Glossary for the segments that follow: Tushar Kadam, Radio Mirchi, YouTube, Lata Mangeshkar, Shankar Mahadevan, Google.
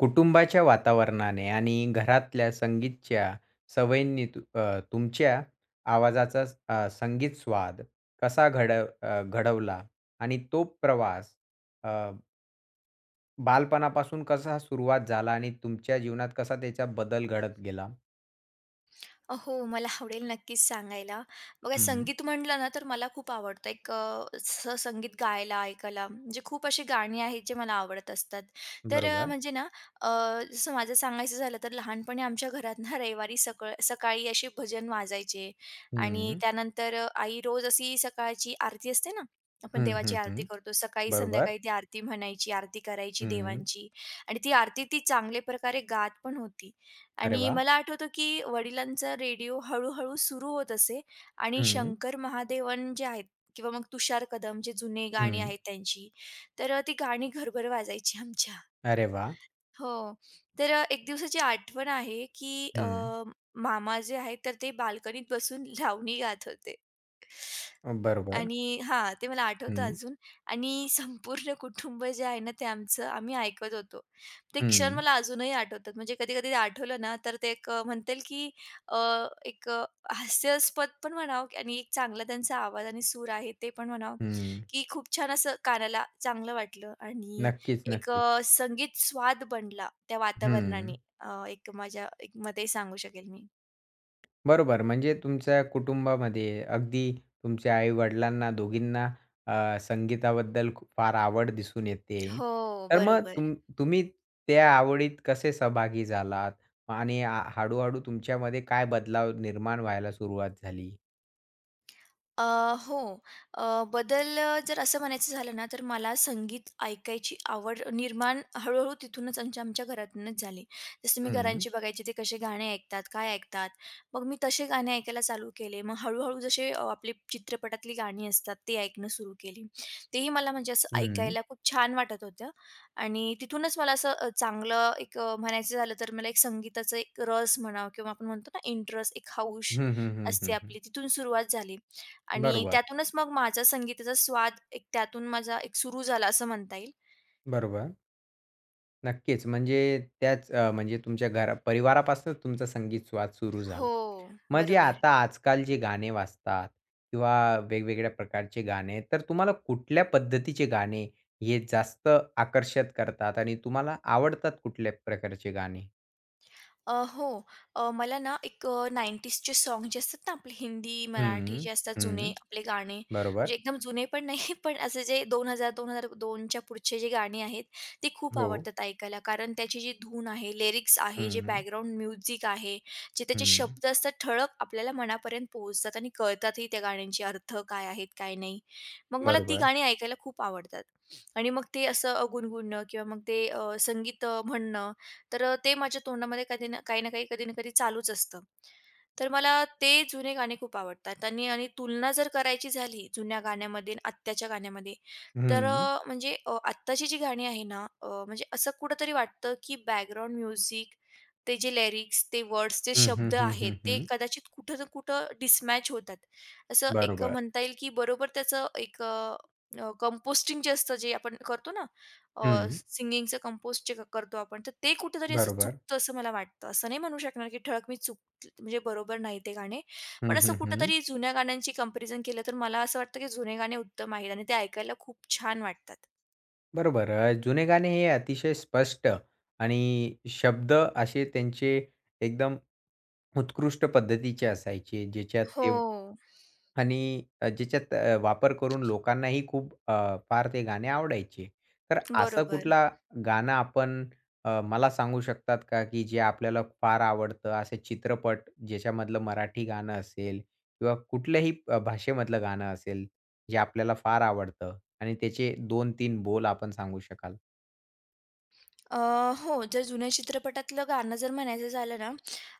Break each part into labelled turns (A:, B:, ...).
A: कुटुंबाच्या वातावरणाने आणि घरातल्या संगीतच्या सवयींनी तुमच्या आवाजाचा संगीत स्वाद घडवला आणि तो प्रवास अ, बालपणापासून कसा सुरुवात झाला आणि तुमच्या जीवनात कसा त्याचा बदल घडत गेला?
B: हो, मला आवडेल नक्कीच सांगायला. बघा
A: हं.
B: संगीत म्हटलं ना, तर मला खूप आवडतं. असं संगीत गायला, ऐकायला म्हणजे खूप अशी गाणी आहेत जे मला आवडत असतात. तर अ,
A: बरोबर.
B: म्हणजे ना अ, जसं माझं सांगायचं झालं तर लहानपणी आमच्या घरात ना रविवारी सकळ सकाळी असे भजन वाजायचे आणि
A: हं.
B: त्यानंतर आई रोज अशी सकाळची आरती असते ना, आपण
A: हं,
B: देवाची
A: हं,
B: आरती
A: हं.
B: करतो. सकाळी
A: बरोबर.
B: संध्याकाळी ती आरती म्हणायची, आरती करायची
A: हं.
B: देवांची आणि ती आरती ती चांगल्या प्रकारे गात पण होती.
A: अरे
B: आणि
A: वाह!
B: मला आठवतं, की वडिलांचा रेडिओ हळू-हळू सुरू होत असे आणि
A: हं.
B: शंकर महादेवन जे आहेत किंवा मग तुषार कदम जे जुने गाणी
A: हं.
B: आहेत त्यांची, ती गाणी घरभर वाजायची आमच्या.
A: अरे वाह!
B: हो. एक दिवसाची आठवण आहे, की
A: हं.
B: मामा जे आहेत तर ते बाल्कनीत बसून लावणी गात होते.
A: बरोबर.
B: आणि हां, ते मला आठवतं
A: हं.
B: अजून आणि संपूर्ण कुटुंब जे आहे ना, ते आमचं आम्ही ऐकत होतो. ते क्षण
A: हं.
B: मला अजूनही आठवतात. म्हणजे कधी-कधी ते आठवलं ना, तर ते म्हणता येईल की अ, एक अ, हास्यास्पद पण म्हणावं की- आणि एक चांगला त्यांचा आवाज आणि सूर आहे ते पण म्हणावं,
A: हं.
B: की खूप छान असं कानाला चांगलं वाटलं आणि
A: नक्कीच,
B: एक
A: नक्कीच.
B: अ, संगीत स्वाद बनला त्या वातावरणाने.
A: हं.
B: एक माझ्या एक मते सांगू शकेल मी.
A: बरोबर. म्हणजे तुमच्या कुटुंबामध्ये अगदी तुमच्या आई-वडिलांना दोघींना संगीताबद्दल खूप फार आवड दिसून येते.
B: हो,
A: तर मग
B: बरोबर.
A: तुम्ही त्या आवडीत कसे सहभागी झालात? आणि हळू-हळू तुमच्यामध्ये काय बदलाव निर्माण व्हायला सुरुवात झाली?
B: अ, हो. बदल जर असं म्हणायचं झालं ना, तर मला संगीत ऐकायची आवड निर्माण हळू-हळू तिथूनच आमच्या आमच्या घरातूनच झाली. जसं मी
A: हं, हं.
B: घरांची बघायची ते कसे गाणे ऐकतात, काय ऐकतात. मग मी तसे गाणे ऐकायला चालू केले. मग हळू-हळू जसे आपली चित्रपटातली गाणी असतात ते ऐकणं सुरू केली. तेही मला म्हणजे असं ऐकायला खूप छान वाटत होतं आणि तिथूनच मला असं चांगलं एक म्हणायचं झालं तर मला एक संगीताचा एक रस म्हणावं किंवा आपण म्हणतो ना इंटरेस्ट, एक हौस
A: हं, हं, हं,
B: असते
A: हं, हं.
B: आपली, तिथून सुरुवात झाली. आणि
A: बरोबर,
B: त्यातूनच मग माझा संगीताचा स्वाद एक त्यातून माझा एक सुरू झाला असं म्हणता येईल.
A: बरोबर. नक्कीच. म्हणजे म्हणजे तुमच्या घरा परिवारापासूनच तुमचा संगीत स्वाद सुरू झाला.
B: हो,
A: मग जे
B: बरोबर.
A: आता आजकाल जे गाणे वाजतात किंवा वेगवेगळ्या प्रकारचे गाणे, तर तुम्हाला कुठल्या पद्धतीचे गाणे हे जास्त आकर्षित करतात आणि तुम्हाला आवडतात कुठल्या प्रकारचे गाणे?
B: हो. मला ना 90sचे सॉन्ग जे असतात ना आपले हिंदी, मराठी
A: हं,
B: जे असतात
A: हं.
B: जुने आपले गाणे,
A: बरोबर.
B: म्हणजे एकदम जुने पण नाही, पण असे जे 2000-2002 च्या पुढचे जे गाणी आहेत, ते खूप
A: हो.
B: आवडतात ऐकायला. कारण त्याची जी धून आहे, लिरिक्स आहे, जे
A: हं,
B: बॅकग्राऊंड म्युझिक आहे, जे त्याचे
A: हं.
B: शब्द असतात ठळक आपल्याला मनापर्यंत पोहोचतात आणि कळतातही त्या गाण्यांचे अर्थ काय आहेत, काय नाही. मग मला ती
A: बरोबर.
B: गाणी ऐकायला खूप आवडतात. आणि मग ते असं गुणगुणणं किंवा मग ते संगीत म्हणणं तर ते माझ्या तोंडामध्ये कधी ना काही ना काही, कधी ना कधी चालूच असतं. तर मला ते जुने गाणे खूप आवडतात आणि आणि तुलना जर करायची झाली जुन्या गाण्यामध्ये आणि आत्ताच्या गाण्यामध्ये, तर
A: हं.
B: अ, म्हणजे अ, आत्ताची जी गाणी आहे ना, म्हणजे असं कुठेतरी वाटतं की बॅकग्राऊंड म्युझिक, ते जे लिरिक्स, ते वर्ड्स, जे
A: हं, हं,
B: शब्द
A: हं,
B: आहेत,
A: हं,
B: ते
A: हं.
B: कदाचित कुठं ना कुठं डिसमॅच होतात. असं एक
A: बरोबर.
B: म्हणता येईल की बरोबर त्याचं एक कंपोस्टिंग जे असतं, जे आपण करतो ना,
A: हं.
B: सिंगिंगचं कंपोजचे करतो आपण, तर ते कुठेतरी असं
A: बरोबर.
B: चुकतं असं मला वाटतं. असं नाही म्हणू शकणार की ठळक मी चूक म्हणजे बरोबर नाही ते गाणे.
A: हं,
B: पण असं
A: हं, हं.
B: कुठेतरी जुन्या गाण्यांची कंपॅरिझन केलं तर मला असं वाटतं की जुने गाणे उत्तम आहेत आणि ते ऐकायला खूप छान वाटतात.
A: बरोबर. जुने गाणे हे अतिशय स्पष्ट आणि शब्द असे त्यांचे एकदम उत्कृष्ट पद्धतीचे असायचे, ज्याच्यात ते
B: हो.
A: आणि ज्याच्यात वापर करून लोकांनाही खूप फार ते गाणे आवडायचे. तर असं
B: बरोबर.
A: कुठला गाणं आपण मला सांगू शकतात का, की जे आपल्याला फार आवडतं? असे चित्रपट ज्याच्यामधलं मराठी गाणं असेल किंवा कुठल्याही भाषेमधलं गाणं असेल, जे आपल्याला फार आवडतं? आणि त्याचे 2-3 बोल आपण सांगू शकाल.
B: अ, हो, जर जुन्या चित्रपटातलं गाणं जर म्हणायचं झालं ना,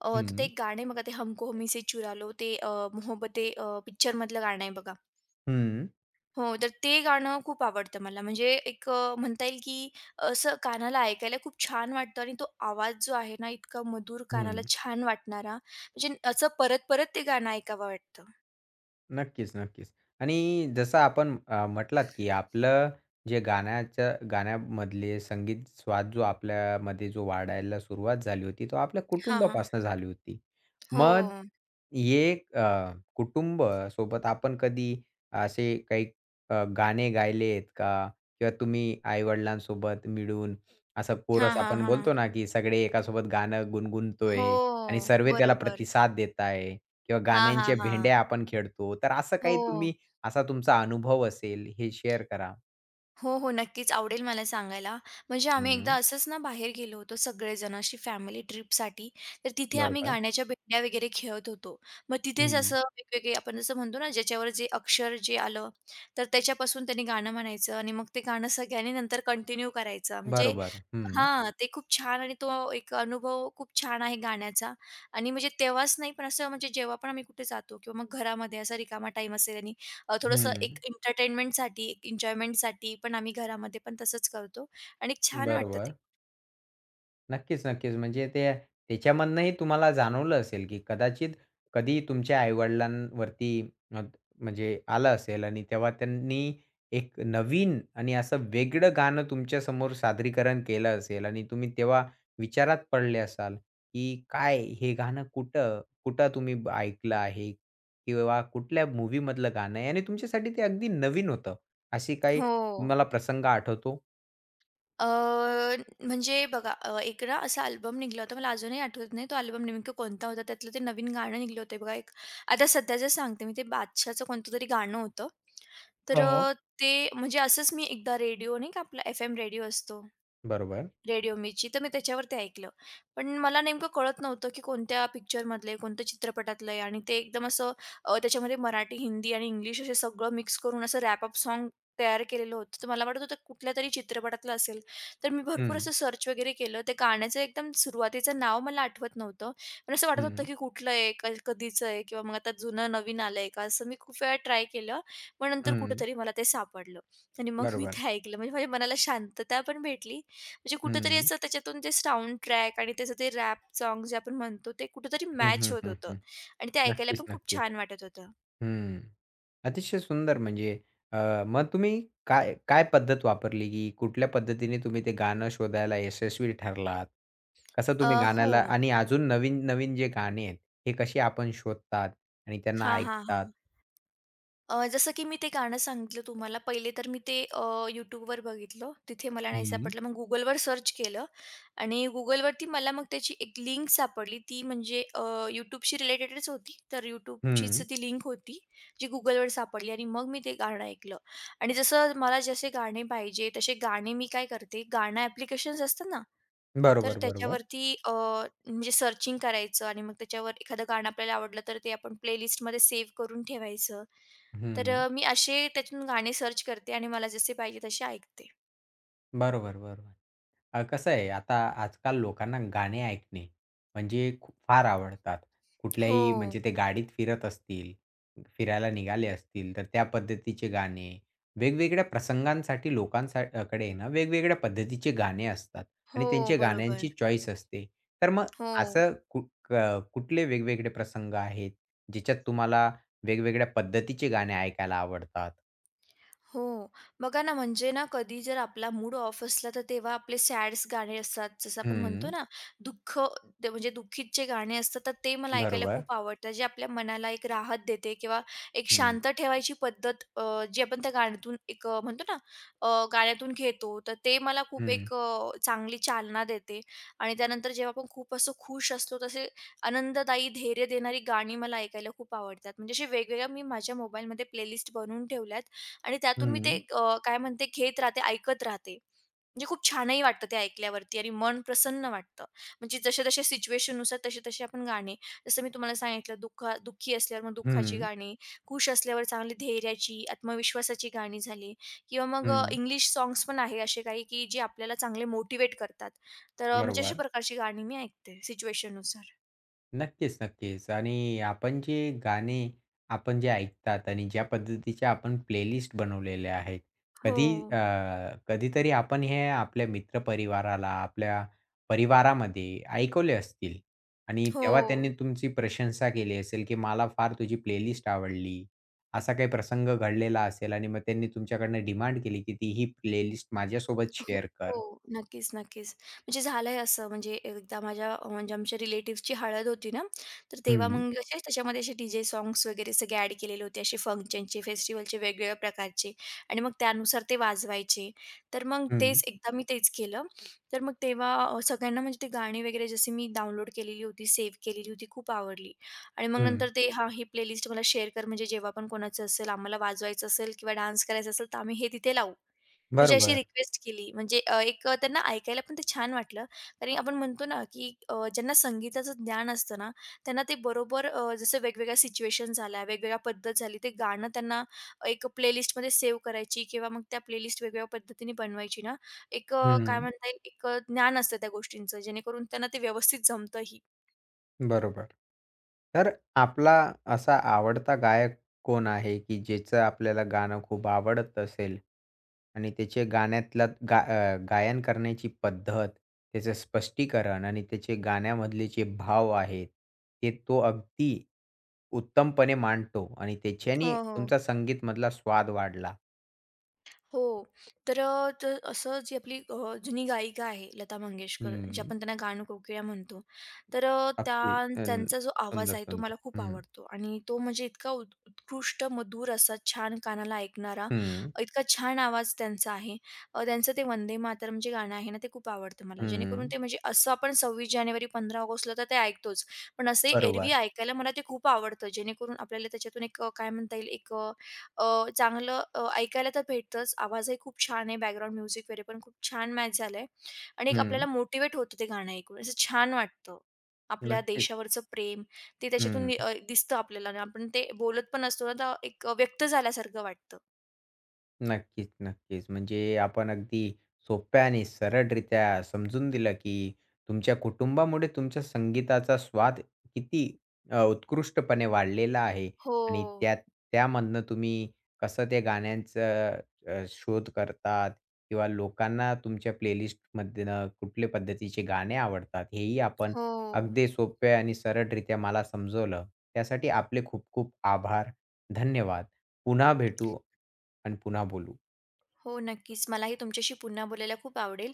B: तर ते
A: हं.
B: एक गाणे बघा ते "हमको हमी से चुरा लो" ते "मोहब्बतें" पिक्चरमधलं गाणं आहे बघा.
A: हं.
B: हो, तर ते गाणं खूप आवडतं मला. म्हणजे एक म्हणता येईल की असं कानाला ऐकायला खूप छान वाटतं आणि तो आवाज जो आहे ना, इतका मधुर, कानाला
A: हं.
B: छान वाटणारा. म्हणजे असं परत-परत ते गाणं ऐकावं वाटतं.
A: नक्कीच, नक्कीच. आणि जसं आपण म्हटलात, की आपलं जे गाण्यामधले संगीत स्वाद जो आपल्यामध्ये जो वाढायला सुरुवात झाली होती, तो आपल्या
B: हां, हां.
A: कुटुंबापासून झाली होती.
B: हो.
A: मग हे कुटुंब सोबत आपण कधी असे काही गाणे गायले आहेत का? किंवा तुम्ही आई-वडिलांसोबत मिळून असा
B: हां,
A: कोरस
B: हां,
A: आपण
B: हां.
A: बोलतो ना, की सगळे एकासोबत गाणं गुणगुणतोय
B: हो,
A: आणि सर्व त्याला
B: बरोबर.
A: प्रतिसाद देत आहे. किंवा
B: हां, हां,
A: गाण्यांच्या
B: हां.
A: भेंड्या आपण खेळतो. तर असं
B: हो.
A: काही तुम्ही असा तुमचा अनुभव असेल हे शेअर करा?
B: हो, हो. नक्कीच आवडेल मला सांगायला. म्हणजे आम्ही एकदा
A: हं.
B: असंच ना बाहेर गेलो होतो सगळेजण अशी फॅमिली ट्रिपसाठी. तर तिथे आम्ही
A: बरोबर.
B: गाण्याच्या भेंड्या वगैरे खेळत होतो. मग तिथेच असं
A: हं.
B: वेगवेगळे आपण जसं म्हणतो ना ज्याच्यावर जे अक्षर जे आलं, तर त्याच्यापासून त्यांनी गाणं म्हणायचं आणि मग ते गाणं सगळ्यांनी नंतर कंटिन्यू करायचं. म्हणजे
A: बरोबर. हं.
B: हां, ते खूप छान आणि तो एक अनुभव खूप छान आहे गाण्याचा आणि म्हणजे तेव्हाच नाही, पण असं म्हणजे जेव्हा पण आम्ही कुठे जातो किंवा मग घरामध्ये असा रिकामा टाईम असेल आणि थोडंसं
A: हं.
B: एक एंटरटेनमेंटसाठी, एक एन्जॉयमेंटसाठी पण आम्ही घरामध्ये पण तसंच करतो आणि छान वाटतं ते.
A: बरोबर. नक्कीच, नक्कीच. म्हणजे ते त्याच्यामधनंही तुम्हाला जाणवलं असेल, की कदाचित कधी तुमच्या आई-वडिलांवरती अ, म्हणजे आलं असेल आणि तेव्हा त्यांनी एक नवीन आणि असं वेगळं गाणं तुमच्यासमोर सादरीकरण केलं असेल आणि तुम्ही तेव्हा विचारात पडले असाल, की काय हे गाणं कुठं, कुठं तुम्ही ऐकलं आहे किंवा कुठल्या मूव्हीमधलं गाणं आहे आणि तुमच्यासाठी ते अगदी नवीन होतं. अशी काही
B: हो.
A: तुम्हाला प्रसंग आठवतो?
B: अ, म्हणजे बघा एकदा असा अल्बम निघाला होता. मला अजूनही आठवत नाही तो अल्बम नेमकं कोणता होता. त्यातलं ते नवीन गाणं निघलं होतं बघा एक. आता सध्याचं सांगते मी ते बादशाहचं कोणतं तरी गाणं होतं. तर
A: हो.
B: अ, ते म्हणजे असंच मी एकदा रेडिओ नाही का आपला एफ-एम रेडिओ असतो.
A: बरोबर.
B: रेडिओ मिर्ची तर मी त्याच्यावरती ऐकलं. पण मला नेमकं कळत नव्हतं, की कोणत्या पिक्चरमधलं आहे, कोणत्या चित्रपटातलं आहे आणि ते एकदम असं त्याच्यामध्ये मराठी, हिंदी आणि इंग्लिश असे सगळं मिक्स करून असं रॅप-अप सॉन्ग तयार केलेलं होतं. तर मला वाटत होतं कुठल्यातरी चित्रपटातलं असेल. तर मी भरपूर
A: हं,
B: असं सर्च वगैरे केलं. त्या गाण्याचं एकदम सुरुवातीचं नाव मला आठवत नव्हतं. पण असं वाटत होतं,
A: हं,
B: की कुठलं आहे, कधीचं आहे किंवा मग आता जुनं नवीन आलंय का? असं मी खूप वेळा ट्राय केलं. मग नंतर
A: हं.
B: कुठेतरी मला ते सापडलं आणि मग मी
A: बरोबर.
B: ते ऐकलं. म्हणजे माझ्या मनाला शांतता पण भेटली म्हणजे कुठेतरी
A: हं.
B: असं त्याच्यातून ते साउंड ट्रॅक आणि त्याचं ते रॅप सॉन्ग जे आपण म्हणतो ते कुठेतरी
A: हं,
B: मॅच
A: हं,
B: होत
A: हं,
B: होतं
A: हं.
B: आणि ते ऐकायला
A: नक्कीच,
B: पण खूप
A: नक्कीच.
B: छान वाटत होतं.
A: हं. अतिशय सुंदर म्हणजे अ, मग तुम्ही काय काय पद्धत वापरली, की कुठल्या पद्धतीने तुम्ही ते गाणं शोधायला यशस्वी ठरलात? कसं तुम्ही
B: अ, हो.
A: गाण्याला आणि अजून नवीन-नवीन जे गाणे आहेत, हे कसे आपण शोधतात आणि त्यांना
B: हां, हां, हां.
A: ऐकतात?
B: जसं की मी ते गाणं सांगितलं तुम्हाला, पहिले तर मी ते YouTubeवर बघितलं. तिथे मला नाही
A: हं.
B: सापडलं. मग Googleवर सर्च केलं आणि Googleवरती मला मग त्याची एक लिंक सापडली. ती म्हणजे YouTubeशी रिलेटेडच होती. तर YouTubeचीच
A: हं.
B: ती लिंक होती, जी Googleवर सापडली आणि मग मी ते गाणं ऐकलं. आणि जसं मला जसे गाणे पाहिजे, तसे गाणे मी काय करते, गाणं ॲप्लिकेशन्स असतात ना, तर
A: बरोबर, बरोबर.
B: त्याच्यावरती म्हणजे सर्चिंग करायचं आणि मग त्याच्यावर एखादं गाणं आपल्याला आवडलं, तर ते आपण प्लेलिस्टमध्ये सेव्ह करून ठेवायचं.
A: हं.
B: मी असे त्यातून गाणे सर्च करते आणि मला जसे पाहिजे तसे ऐकते.
A: बरोबर, बरोबर. कसं आहे आता आजकाल लोकांना गाणे ऐकणे म्हणजे खूप फार आवडतात. कुठल्याही
B: हो.
A: म्हणजे ते गाडीत फिरत असतील, फिरायला निघाले असतील, तर त्या पद्धतीचे गाणे, वेगवेगळ्या प्रसंगांसाठी कडे आहे ना वेगवेगळ्या पद्धतीचे गाणे असतात आणि
B: हो,
A: त्यांच्या
B: बरोबर.
A: गाण्यांची चॉईस असते. तर मग
B: हो.
A: असं कु क कुठले वेगवेगळे प्रसंग आहेत, ज्याच्यात तुम्हाला वेगवेगळ्या पद्धतीचे गाणे ऐकायला आवडतात?
B: हो. बघा ना, म्हणजे ना कधी जर आपला मूड ऑफ असला, तर तेव्हा आपले सॅड्स गाणे असतात. जसं आपण म्हणतो
A: हं,
B: ना, दुःख ते म्हणजे दुःखीत जे गाणे असतात, तर ते मला ऐकायला
A: बरोबर.
B: खूप आवडतात. जे आपल्या मनाला एक राहत देते किंवा एक
A: हं,
B: शांत ठेवायची पद्धत जी आपण त्या गाण्यातून एक म्हणतो ना, गाण्यातून घेतो, तर ते मला खूप
A: हं,
B: एक अ, चांगली चालना देते. आणि त्यानंतर जेव्हा आपण खूप असं खुश असतो, तसे आनंददायी, धैर्य देणारी गाणी मला ऐकायला खूप आवडतात. म्हणजे असे वेगवेगळ्या मी माझ्या मोबाईलमध्ये प्लेलिस्ट बनवून ठेवल्यात. आणि त्यातून मी ते
A: हं,
B: अ, काय म्हणते घेत राहते, ऐकत राहते. म्हणजे खूप छानही वाटतं ते ऐकल्यावरती आणि मन प्रसन्न वाटतं. म्हणजे जसे-जसे सिच्युएशननुसार तसे-तसे आपण गाणे जसं मी तुम्हाला सांगितलं दुःखा दुःखी असल्यावर मग दुःखाची
A: हं,
B: गाणी, खुश असल्यावर चांगली धैर्याची, आत्मविश्वासाची गाणी झाली किंवा मग
A: हं.
B: इंग्लिश सॉन्ग्स पण आहे असे काही, की जे आपल्याला चांगले मोटिव्हेट करतात. तर अ, म्हणजे अशा
A: बरोबर.
B: प्रकारची गाणी मी ऐकते सिच्युएशननुसार.
A: नक्कीच, नक्कीच. आणि आपण जे गाणे आपण जे ऐकतात आणि ज्या पद्धतीच्या आपण प्लेलिस्ट बनवलेल्या आहेत,
B: हो.
A: कधी अ, कधीतरी आपण हे आपल्या मित्रपरिवाराला, आपल्या परिवारामध्ये ऐकवले असतील आणि
B: हो.
A: तेव्हा त्यांनी तुमची प्रशंसा केली असेल, की "मला फार तुझी प्लेलिस्ट आवडली." असा काही प्रसंग घडलेला असेल आणि मग त्यांनी तुमच्याकडनं डिमांड केली, की "ती ही प्लेलिस्ट माझ्यासोबत
B: हो,
A: शेअर कर."
B: हो. नक्कीच, नक्कीच. म्हणजे झालंय असं म्हणजे एकदा माझ्या म्हणजे आमच्या रिलेटिव्हची हळद होती ना, तर तेव्हा
A: हं,
B: मग असे त्याच्यामध्ये असे डी-जे साँग्स वगैरे सगळे ॲड केलेले होते. असे फंक्शनचे, फेस्टिव्हलचे वेगवेगळ्या प्रकारचे आणि मग त्यानुसार ते वाजवायचे. तर मग
A: हं,
B: तेच एकदा मी तेच केलं. तर मग तेव्हा सगळ्यांना म्हणजे ते गाणी वगैरे जशी मी डाउनलोड केलेली होती, सेव्ह केलेली होती, खूप आवडली आणि मग
A: हं.
B: नंतर ते "हां, ही प्लेलिस्ट मला शेअर कर म्हणजे जेव्हा पण कोणाचं असेल, आम्हाला वाजवायचं असेल किंवा डान्स करायचा असेल, तर आम्ही हे तिथे लावू." म्हणजे अशी
A: बरोबर.
B: रिक्वेस्ट केली. म्हणजे त्यांना ऐकायला पण ते छान वाटलं. कारण आपण म्हणतो ना, की ज्यांना संगीताचं ज्ञान असतं ना, त्यांना ते बरोबर जसं वेगवेगळ्या सिच्युएशन झाल्या, वेगवेगळ्या पद्धत झाली, ते गाणं त्यांना एक प्लेलिस्टमध्ये सेव्ह करायची किंवा मग त्या प्लेलिस्ट वेगवेगळ्या पद्धतीने बनवायची ना, काय
A: हं.
B: म्हणता येईल, एक ज्ञान असतं त्या गोष्टींचं, जेणेकरून त्यांना ते व्यवस्थित जमतंही.
A: बरोबर. तर आपला असा आवडता गायक कोण आहे, की ज्याचं आपल्याला गाणं खूप आवडत असेल आणि त्याचे गायन करण्याची पद्धत, त्याचं स्पष्टीकरण आणि त्याचे गाण्यामधले जे भाव आहेत, ते तो अगदी उत्तमपणे मांडतो आणि त्याच्याने
B: हो, हो.
A: तुमचा संगीतमधला स्वाद वाढला.
B: हो. तर असं जी आपली जुनी गायिका आहे लता मंगेशकर, जे
A: हं.
B: आपण त्यांना गानकोकिळा म्हणतो.
A: अगदी
B: त्या
A: अं,
B: त्यांचा जो आवाज
A: सुंदर,
B: आहे तो
A: सुंदर.
B: मला खूप
A: हं,
B: आवडतो आणि तो म्हणजे इतका उत उत्कृष्ट, मधुर असा छान कानाला ऐकणारा,
A: हं,
B: इतका छान आवाज त्यांचा आहे. त्यांचं ते वंदे मातरम जे गाणं आहे ना, ते खूप आवडतं मला. जेणेकरून
A: हं.
B: ते म्हणजे असं आपण 26 जानेवारी, 15 ऑगस्टला तर ते ऐकतोच. पण असे एरवी
A: बरोबर.
B: ऐकायला मला ते खूप आवडतं. जेणेकरून आपल्याला त्याच्यातून एक काय म्हणता येईल एक चांगलं ऐकायला तर भेटतंच. आवाजही खूप छान आहे. बॅकग्राऊंड म्युझिक वगैरे पण खूप छान मॅच झालंय आणि एक
A: हं.
B: आपल्याला मोटिव्हेट होतं ते गाणं ऐकून. असं छान वाटतं. आपल्या
A: नक्कीच.
B: देशावरचं प्रेम ते त्याच्यातून
A: हं.
B: नि अ, दिसतं आपल्याला आणि आपण ते बोलत पण असतो ना, तर एक व्यक्त झाल्यासारखं वाटतं.
A: नक्कीच, नक्कीच. म्हणजे आपण अगदी सोप्या आणि सरळरित्या समजून दिलं, की तुमच्या कुटुंबामुळे तुमच्या संगीताचा स्वाद किती उत्कृष्टपणे वाढलेला आहे
B: हो,
A: आणि त्या त्यामधनं तुम्ही कसं त्या गाण्यांचं शोध करतात किंवा लोकांना तुमच्या प्लेलिस्टमधनं कुठल्या पद्धतीचे गाणे आवडतात, हेही आपण
B: हो.
A: अगदी सोप्या आणि सरळरित्या मला समजवलं. त्यासाठी आपले खूप खूप आभार. धन्यवाद. पुन्हा भेटू आणि पुन्हा बोलू.
B: हो, नक्कीच. मलाही तुमच्याशी पुन्हा बोलायला खूप आवडेल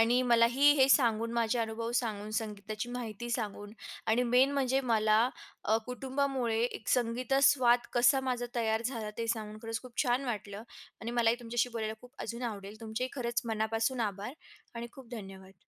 B: आणि मलाही हे सांगून, माझे अनुभव सांगून, संगीताची माहिती सांगून आणि मेन म्हणजे मला कुटुंबामुळे एक संगीता स्वाद कसा माझा तयार झाला ते सांगून खरंच खूप छान वाटलं आणि मलाही तुमच्याशी बोलायला खूप अजून आवडेल. तुमचेही खरंच मनापासून आभार आणि खूप धन्यवाद.